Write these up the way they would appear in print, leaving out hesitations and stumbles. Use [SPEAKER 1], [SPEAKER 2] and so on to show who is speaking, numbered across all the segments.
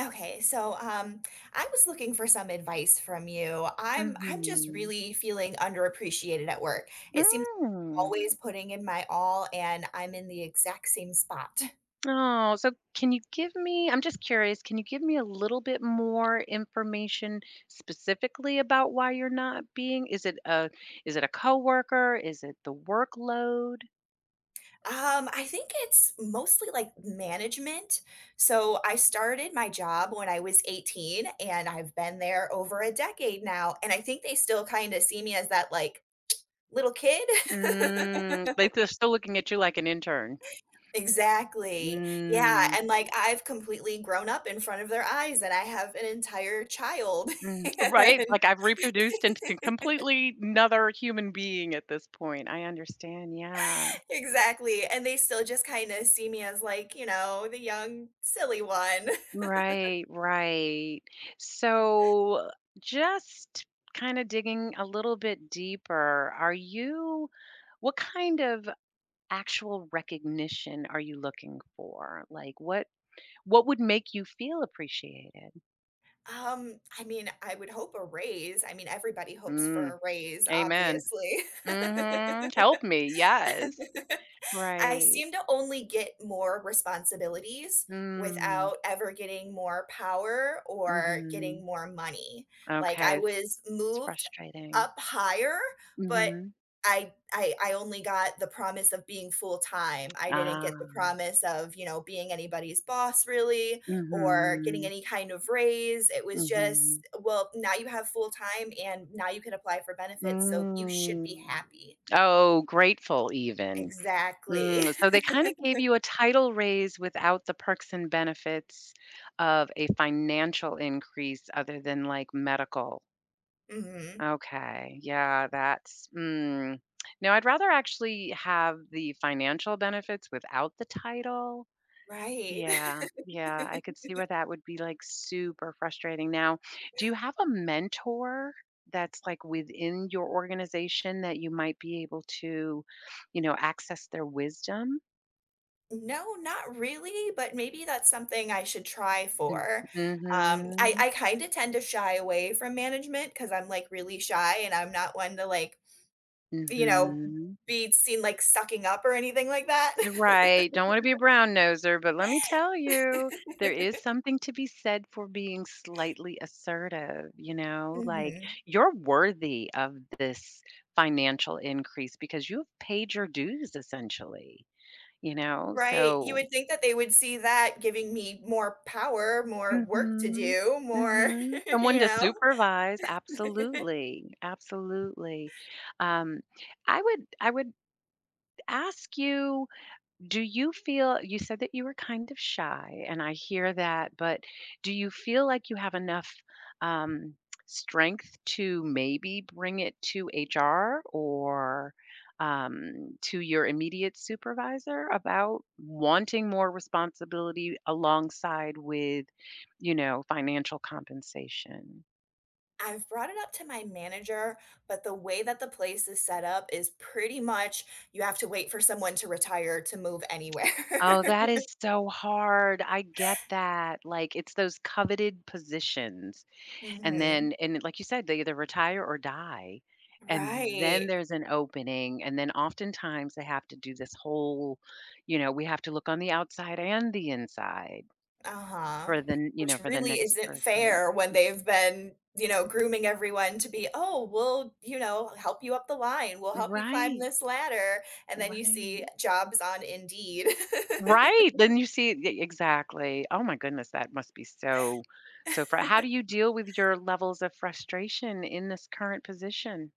[SPEAKER 1] Okay, so um, I was looking for some advice from you. I'm just
[SPEAKER 2] Mhm.
[SPEAKER 1] really feeling underappreciated at work. It seems like I'm
[SPEAKER 2] Mm.
[SPEAKER 1] always putting in my all, and I'm in the exact same spot.
[SPEAKER 2] Oh, so can you give me can you give me a little bit more information specifically about why you're not being is it a coworker? Is it the workload?
[SPEAKER 1] I think it's mostly like management. So I started my job when I was 18, and I've been there over a decade now. And I think they still kind of see me as that like little kid.
[SPEAKER 2] Mm, like they're still looking at you like an intern.
[SPEAKER 1] Exactly. Yeah,
[SPEAKER 2] Mm.
[SPEAKER 1] and, like, I've completely grown up in front of their eyes, and I have an entire child.
[SPEAKER 2] Mm. Right?
[SPEAKER 1] And
[SPEAKER 2] Like I've reproduced into completely another human being at this point. I understand. Yeah.
[SPEAKER 1] exactly, and they still just kinda see me as, like, you know, the young, silly one.
[SPEAKER 2] Right, right. So just kind of digging a little bit deeper, are you what kind of actual recognition are you looking for? Like what would make you feel appreciated?
[SPEAKER 1] I mean, I would hope a raise. I mean, everybody hopes for
[SPEAKER 2] Mm,
[SPEAKER 1] a raise,
[SPEAKER 2] amen.
[SPEAKER 1] obviously.
[SPEAKER 2] Mhm. Help me. Yes.
[SPEAKER 1] I
[SPEAKER 2] Right.
[SPEAKER 1] seem to only get more responsibilities
[SPEAKER 2] Mm.
[SPEAKER 1] without ever getting more power or
[SPEAKER 2] Mhm.
[SPEAKER 1] getting more money. Like I
[SPEAKER 2] Okay.
[SPEAKER 1] was
[SPEAKER 2] It's
[SPEAKER 1] moved
[SPEAKER 2] frustrating.
[SPEAKER 1] up higher, but
[SPEAKER 2] Mhm.
[SPEAKER 1] I only got the promise of being full time. I didn't get the
[SPEAKER 2] Ah.
[SPEAKER 1] promise of, you know, being anybody's boss really or getting
[SPEAKER 2] Mhm.
[SPEAKER 1] any kind of raise. It was
[SPEAKER 2] Mhm.
[SPEAKER 1] just, well, now you have full time and now you can apply for benefits, so you should be
[SPEAKER 2] Mm.
[SPEAKER 1] happy.
[SPEAKER 2] Oh, grateful even.
[SPEAKER 1] Exactly.
[SPEAKER 2] Mm, so they kinda gave you a title raise without the perks and benefits of a financial increase other than, like, medical.
[SPEAKER 1] Mhm.
[SPEAKER 2] Okay, yeah, that's mm. No, I'd rather actually have the financial benefits without the title,
[SPEAKER 1] Right.
[SPEAKER 2] yeah, yeah, I could see where that would be like super frustrating. Now, do you have a mentor that's like within your organization that you might be able to, you know, access their wisdom?
[SPEAKER 1] No, not really, but maybe that's something I should try for. I
[SPEAKER 2] Mm-hmm.
[SPEAKER 1] I kinda tend to shy away from management because 'cause I'm, like, really shy and I'm not one to, like, you know,
[SPEAKER 2] Mm-hmm.
[SPEAKER 1] be seen, like, sucking up or anything like that.
[SPEAKER 2] Right, don't wanna be a brown noser, but let me tell you, there is something to be said for being slightly assertive, you know? Like,
[SPEAKER 1] Mhm.
[SPEAKER 2] you're worthy of this financial increase because you've paid your dues essentially, you know?
[SPEAKER 1] Right, you
[SPEAKER 2] So
[SPEAKER 1] would think that they would see that giving me more power, more work to
[SPEAKER 2] mhm.
[SPEAKER 1] do, more
[SPEAKER 2] Mhm. Someone
[SPEAKER 1] you
[SPEAKER 2] to
[SPEAKER 1] know?
[SPEAKER 2] supervise, absolutely, absolutely. Um, I would ask you do you feel you said that you were kind of shy, and I hear that, but do you feel like you have enough, um, strength to maybe bring it to HR or, to your immediate supervisor about wanting more responsibility alongside with, you know, financial compensation?
[SPEAKER 1] I've brought it up to my manager, but the way that the place is set up is pretty much you have to wait for someone to retire to move anywhere.
[SPEAKER 2] Oh, that is so hard. I get that. Like, it's those coveted positions. And
[SPEAKER 1] Mhm.
[SPEAKER 2] then and like you said, they either retire or die, and then
[SPEAKER 1] Right.
[SPEAKER 2] there's an opening, and then oftentimes they have to do this whole, you know, we have to look on the outside and the inside
[SPEAKER 1] Uh-huh.
[SPEAKER 2] for the n you know,
[SPEAKER 1] Which
[SPEAKER 2] for the
[SPEAKER 1] really
[SPEAKER 2] next
[SPEAKER 1] isn't
[SPEAKER 2] person.
[SPEAKER 1] fair when they've been, you know, grooming everyone to be, "Oh, we'll, you know, help you up the line. We'll help you climb
[SPEAKER 2] Right,
[SPEAKER 1] this ladder." And then you
[SPEAKER 2] right.
[SPEAKER 1] see jobs on Indeed.
[SPEAKER 2] Right, then you see e exactly. Oh my goodness, that must be so so fr how do you deal with your levels of frustration in this current position?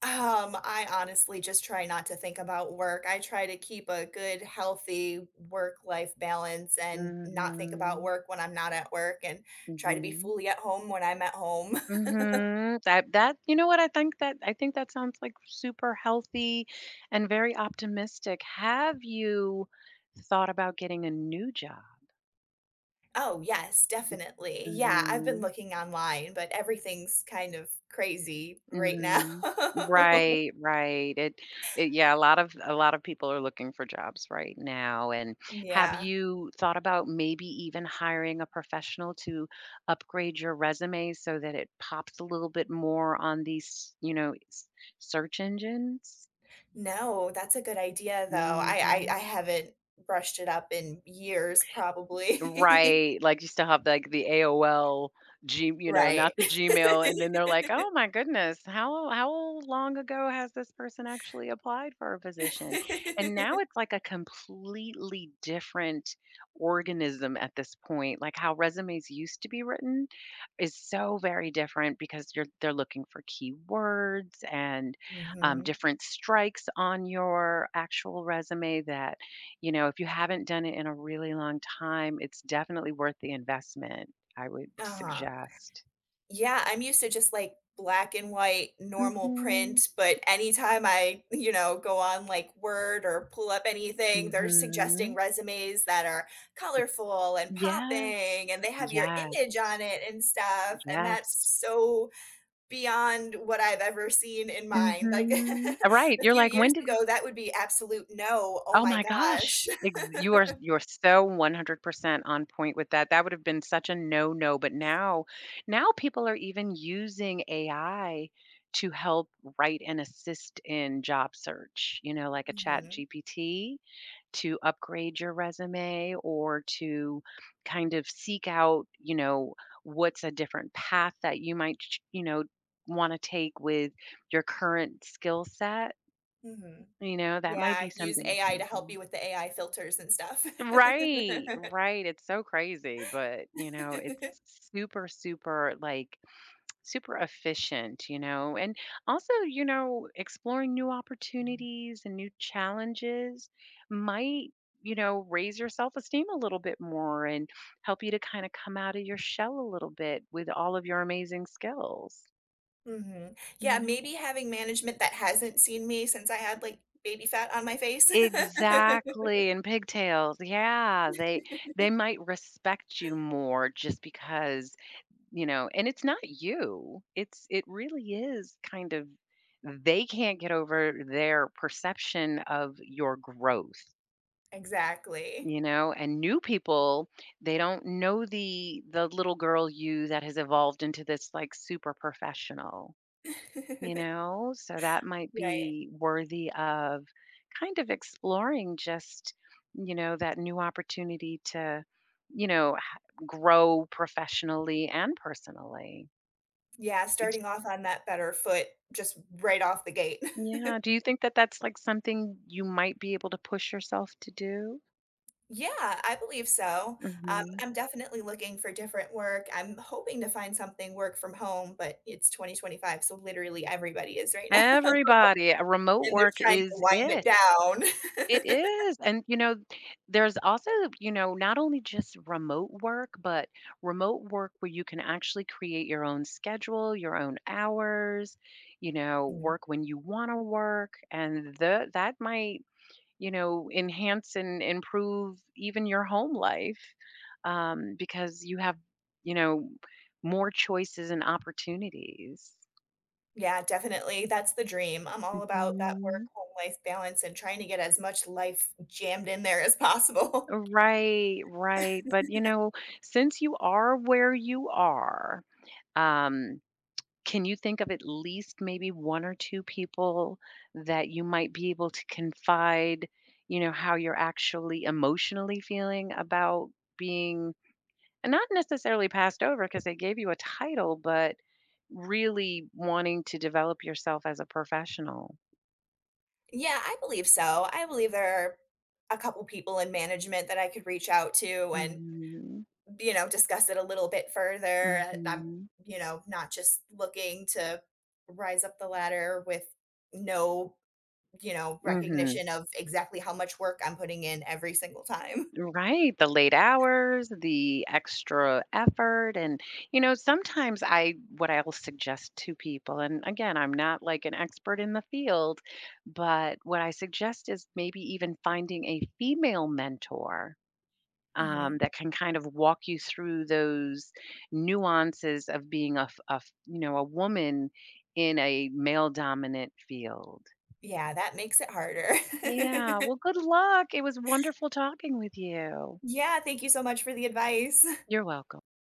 [SPEAKER 1] I honestly just try not to think about work. I try to keep a good, healthy work-life balance and not think about
[SPEAKER 2] Mhm,
[SPEAKER 1] work when I'm not at work and try to be
[SPEAKER 2] mhm.
[SPEAKER 1] fully at home when I'm at home.
[SPEAKER 2] Mhm. That, you know what, I think that sounds like super healthy and very optimistic. Have you thought about getting a new job?
[SPEAKER 1] Oh, yes, definitely. Yeah, I've been
[SPEAKER 2] Mhm.
[SPEAKER 1] looking online, but everything's kind of crazy right now.
[SPEAKER 2] Mhm. Right, right. It yeah, a lot of people are looking for jobs right now. And have
[SPEAKER 1] Yeah.
[SPEAKER 2] you thought about maybe even hiring a professional to upgrade your resume so that it pops a little bit more on these, you know, search engines?
[SPEAKER 1] No, that's a good idea though. I I,
[SPEAKER 2] Mhm.
[SPEAKER 1] I haven't brushed it up in years, probably.
[SPEAKER 2] Right, like, you still have, like, the AOL G you know,
[SPEAKER 1] Right.
[SPEAKER 2] not the Gmail, and then they're like, "Oh my goodness, how long ago has this person actually applied for a position?" And now it's like a completely different organism at this point, like, how resumes used to be written is so very different because you're they're looking for keywords and,
[SPEAKER 1] Mhm.
[SPEAKER 2] different strikes on your actual resume that you know, if you haven't done it in a really long time, it's definitely worth the investment, I would
[SPEAKER 1] Uh-huh.
[SPEAKER 2] suggest.
[SPEAKER 1] Yeah, I'm used to just, like, black and white normal
[SPEAKER 2] Mhm.
[SPEAKER 1] print, but anytime I, you know, go on, like, Word or pull up anything, they're suggesting
[SPEAKER 2] Mhm.
[SPEAKER 1] resumes that are colorful and
[SPEAKER 2] Yes.
[SPEAKER 1] popping, and they have your image
[SPEAKER 2] Yes.
[SPEAKER 1] on it and stuff, and that's
[SPEAKER 2] Yes.
[SPEAKER 1] so beyond what I've ever seen in mind. Like,
[SPEAKER 2] Mhm. Right,
[SPEAKER 1] a
[SPEAKER 2] you're
[SPEAKER 1] few
[SPEAKER 2] like, "When
[SPEAKER 1] years
[SPEAKER 2] did
[SPEAKER 1] ago, that would be absolute no, oh
[SPEAKER 2] oh
[SPEAKER 1] my
[SPEAKER 2] my
[SPEAKER 1] gosh.
[SPEAKER 2] gosh, ex you are you're so 100% on point with that. That would have been such a no, no, but now people are even using AI to help write and assist in job search, you know, like a Chat
[SPEAKER 1] Mhm,
[SPEAKER 2] GPT to upgrade your resume or to kind of seek out, you know, what's a different path that you might, ch you know, wanna take with your current skill set,
[SPEAKER 1] mhm.
[SPEAKER 2] you know, that might
[SPEAKER 1] Yeah,
[SPEAKER 2] be
[SPEAKER 1] use
[SPEAKER 2] something to
[SPEAKER 1] AI
[SPEAKER 2] show.
[SPEAKER 1] to help you with the AI filters and stuff.
[SPEAKER 2] Right, right, it's so crazy, but, you know, it's super efficient, you know, and also, you know, exploring new opportunities and new challenges might, you know, raise your self-esteem a little bit more and help you to kinda come out of your shell a little bit with all of your amazing skills,
[SPEAKER 1] Mhm.
[SPEAKER 2] you
[SPEAKER 1] Yeah,
[SPEAKER 2] know?
[SPEAKER 1] maybe having management that hasn't seen me since I had, like, baby fat on my face.
[SPEAKER 2] Exactly, and pigtails, yeah, they might respect you more just because you know, and it's not you, it's it really is kind of they can't get over their perception of your growth,
[SPEAKER 1] Exactly.
[SPEAKER 2] you know, and new people, they don't know the little girl you that has evolved into this like super professional, you know, so that might
[SPEAKER 1] Right.
[SPEAKER 2] be worthy of kind of exploring just, you know, that new opportunity to, you know, grow professionally and personally.
[SPEAKER 1] Yeah, starting off on that better foot just right off the gate.
[SPEAKER 2] Yeah, do you think that that's, like, something you might be able to push yourself to do?
[SPEAKER 1] Yeah, I believe so.
[SPEAKER 2] Mhm.
[SPEAKER 1] I'm definitely looking for different work. I'm hoping to find something work from home, but it's 2025, so literally everybody is right now,
[SPEAKER 2] Everybody, remote
[SPEAKER 1] and they're
[SPEAKER 2] work
[SPEAKER 1] trying to
[SPEAKER 2] is
[SPEAKER 1] wind
[SPEAKER 2] it.
[SPEAKER 1] it down.
[SPEAKER 2] It is, and, you know, there's also, you know, not only just remote work, but remote work where you can actually create your own schedule, your own hours, you know,
[SPEAKER 1] Mm.
[SPEAKER 2] work when you wanna work, and the that might, you know, enhance and improve even your home life, because you have, you know, more choices and opportunities.
[SPEAKER 1] Yeah, definitely. That's the dream. I'm all about that
[SPEAKER 2] Mhm.
[SPEAKER 1] work-home life balance and trying to get as much life jammed in there as possible.
[SPEAKER 2] Right, right. But, you know, since you are where you are, um, can you think of at least maybe one or two people that you might be able to confide, you know, how you're actually emotionally feeling about being and not necessarily passed over because they gave you a title, but really wanting to develop yourself as a professional.
[SPEAKER 1] Yeah, I believe so. I believe there are a couple people in management that I could reach out to and,
[SPEAKER 2] Mhm.
[SPEAKER 1] you know, discuss it a little bit further. I'm,
[SPEAKER 2] Mhm.
[SPEAKER 1] you know, not just looking to rise up the ladder with no you know,
[SPEAKER 2] Hmm.
[SPEAKER 1] recognition of exactly how much work I'm putting in every single time.
[SPEAKER 2] Right. The late hours, the extra effort. And, you know, sometimes what I'll suggest to people, and again, I'm not like an expert in the field, but what I suggest is maybe even finding a female mentor,
[SPEAKER 1] Mhm.
[SPEAKER 2] that can kind of walk you through those nuances of being you know, a woman in a male dominant field.
[SPEAKER 1] Yeah, that makes it harder.
[SPEAKER 2] Yeah, well, good luck. It was wonderful talking with you.
[SPEAKER 1] Yeah, thank you so much for the advice.
[SPEAKER 2] You're welcome.